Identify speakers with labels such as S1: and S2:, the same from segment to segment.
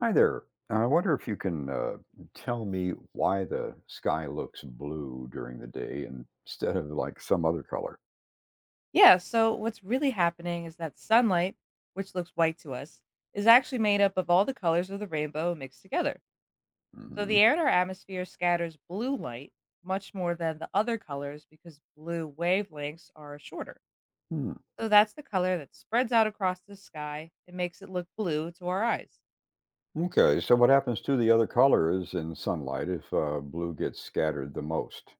S1: Hi there. I wonder if you can tell me why the sky looks blue during the day instead of like some other color.
S2: Yeah, so what's really happening is that sunlight, which looks white to us, is actually made up of all the colors of the rainbow mixed together. So
S1: Hmm.
S2: the air in our atmosphere scatters blue light much more than the other colors because blue wavelengths are shorter.
S1: Hmm.
S2: So that's the color that spreads out across the sky and makes it look blue to our eyes.
S1: Okay, so what happens to the other colors in sunlight if blue gets scattered the most?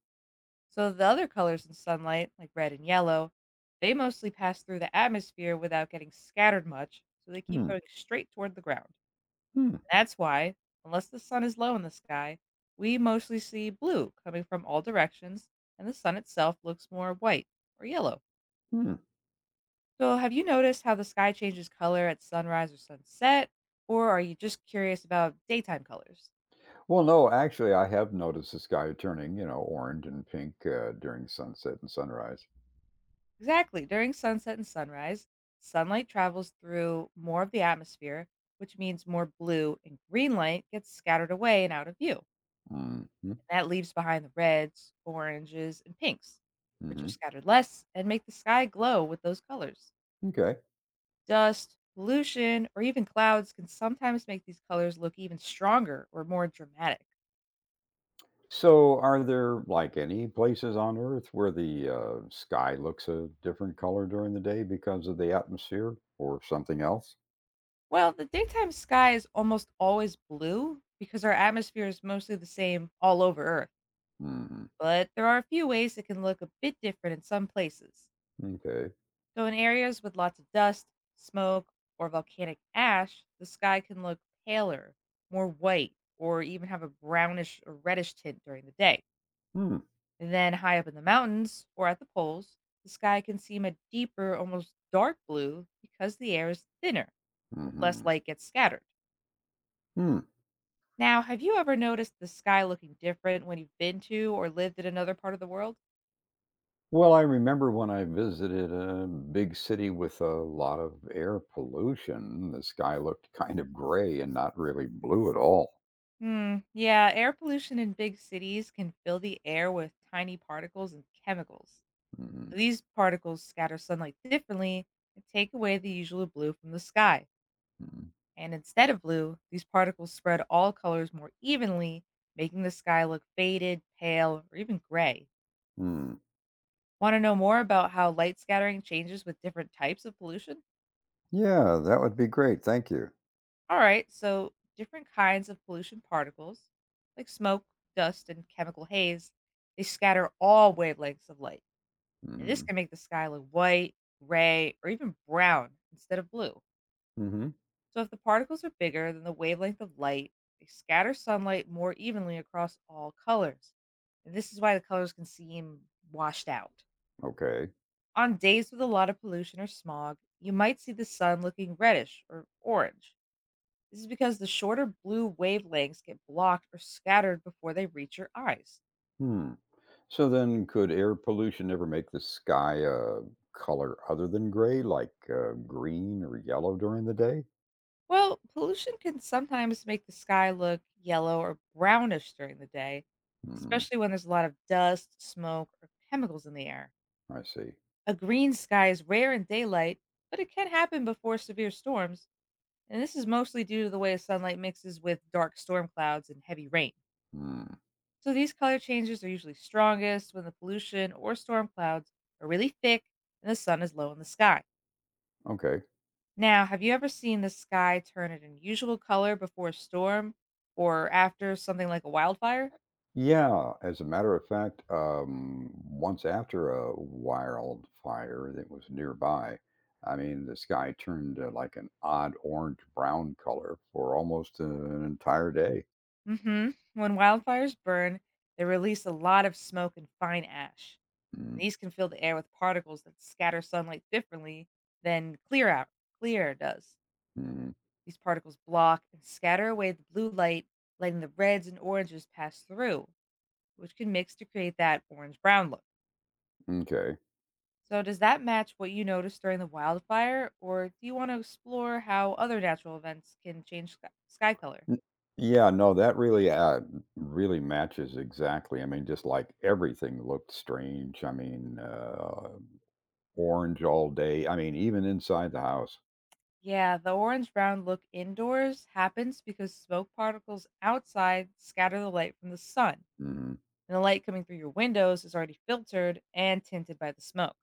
S2: So the other colors in sunlight, like red and yellow, they mostly pass through the atmosphere without getting scattered much, so they keep
S1: Hmm.
S2: going straight toward the ground.
S1: Hmm.
S2: That's why, unless the sun is low in the sky, we mostly see blue coming from all directions, and the sun itself looks more white or yellow.
S1: Hmm.
S2: So, have you noticed how the sky changes color at sunrise or sunset? Or are you just curious about daytime colors?
S1: Well, no, actually, I have noticed the sky turning, you know, orange and pink during sunset and sunrise.
S2: Exactly. During sunset and sunrise, sunlight travels through more of the atmosphere, which means more blue and green light gets scattered away and out of view.
S1: Mm-hmm.
S2: That leaves behind the reds, oranges, and pinks, which are
S1: Mm-hmm.
S2: scattered less and make the sky glow with those colors.
S1: Okay.
S2: Dust, pollution, or even clouds can sometimes make these colors look even stronger or more dramatic.
S1: So, are there like any places on Earth where the sky looks a different color during the day because of the atmosphere or something else?
S2: Well, the daytime sky is almost always blue because our atmosphere is mostly the same all over Earth,
S1: Hmm.
S2: but there are a few ways it can look a bit different in some places.
S1: Okay.
S2: So, in areas with lots of dust, smoke, or volcanic ash, the sky can look paler, more white, or even have a brownish or reddish tint during the day.
S1: Hmm.
S2: And then, high up in the mountains or at the poles, the sky can seem a deeper, almost dark blue because the air is thinner, but less
S1: Hmm.
S2: light gets scattered.
S1: Hmm.
S2: Now, have you ever noticed the sky looking different when you've been to or lived in another part of the world?
S1: Well, I remember when I visited a big city with a lot of air pollution, the sky looked kind of gray and not really blue at all.
S2: Hmm. Yeah, air pollution in big cities can fill the air with tiny particles and chemicals.
S1: Hmm.
S2: These particles scatter sunlight differently and take away the usual blue from the sky.
S1: Hmm.
S2: And instead of blue, these particles spread all colors more evenly, making the sky look faded, pale, or even gray.
S1: Hmm.
S2: Want to know more about how light scattering changes with different types of pollution?
S1: Yeah, that would be great. Thank you.
S2: All right, so different kinds of pollution particles, like smoke, dust, and chemical haze, they scatter all wavelengths of light. And this
S1: Hmm.
S2: can make the sky look white, gray, or even brown instead of blue.
S1: Hmm.
S2: So, if the particles are bigger than the wavelength of light, they scatter sunlight more evenly across all colors. And this is why the colors can seem washed out.
S1: Okay.
S2: On days with a lot of pollution or smog, you might see the sun looking reddish or orange. This is because the shorter blue wavelengths get blocked or scattered before they reach your eyes.
S1: Hmm. So then, could air pollution ever make the sky a color other than gray, like green or yellow during the day?
S2: Well, pollution can sometimes make the sky look yellow or brownish during the day,
S1: Hmm,
S2: especially when there's a lot of dust, smoke, or chemicals in the air.
S1: I see.
S2: A green sky is rare in daylight, but it can happen before severe storms, and this is mostly due to the way sunlight mixes with dark storm clouds and heavy rain.
S1: Hmm,
S2: So these color changes are usually strongest when the pollution or storm clouds are really thick and the sun is low in the sky.
S1: okay.
S2: Now, have you ever seen the sky turn an unusual color before a storm or after something like a wildfire?
S1: Yeah, as a matter of fact, once after a wildfire that was nearby, I mean, the sky turned like an odd orange brown color for almost an entire day.
S2: Mm hmm. When wildfires burn, they release a lot of smoke and fine ash. And these can fill the air with particles that scatter sunlight differently than clear air does.
S1: Mm-hmm.
S2: These particles block and scatter away the blue light, letting the reds and oranges pass through, which can mix to create that orange brown look.
S1: Okay.
S2: So, does that match what you noticed during the wildfire, or do you want to explore how other natural events can change sky color?
S1: N Yeah, no, that really, really matches exactly. I mean, just like everything looked strange. I mean, orange all day. I mean, even inside the house.
S2: Yeah, the orange brown look indoors happens because smoke particles outside scatter the light from the sun
S1: Mhm,
S2: and the light coming through your windows is already filtered and tinted by the smoke.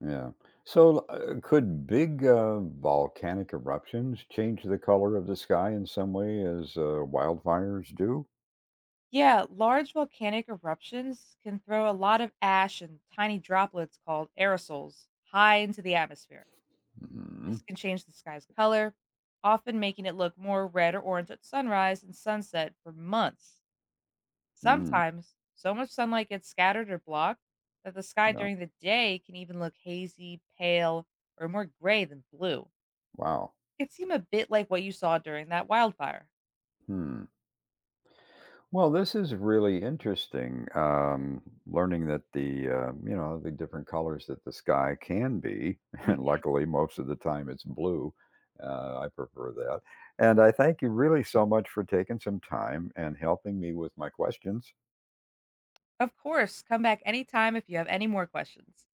S1: yeah. So, could big, volcanic eruptions change the color of the sky in some way as, wildfires do?
S2: Yeah, large volcanic eruptions can throw a lot of ash and tiny droplets called aerosols high into the atmosphere.
S1: Mhm,
S2: This can change the sky's color, often making it look more red or orange at sunrise and sunset for months.
S1: mm,
S2: Sometimes, so much sunlight gets scattered or blocked that the sky
S1: no.
S2: during the day can even look hazy, pale, or more gray than blue.
S1: Wow.
S2: It could seem a bit like what you saw during that wildfire.
S1: Hmm. Well, this is really interesting. Learning that the you know the different colors that the sky can be, and
S2: Mm-hmm.
S1: luckily most of the time it's blue. I prefer that, and I thank you really so much for taking some time and helping me with my questions.
S2: Of course, come back anytime if you have any more questions.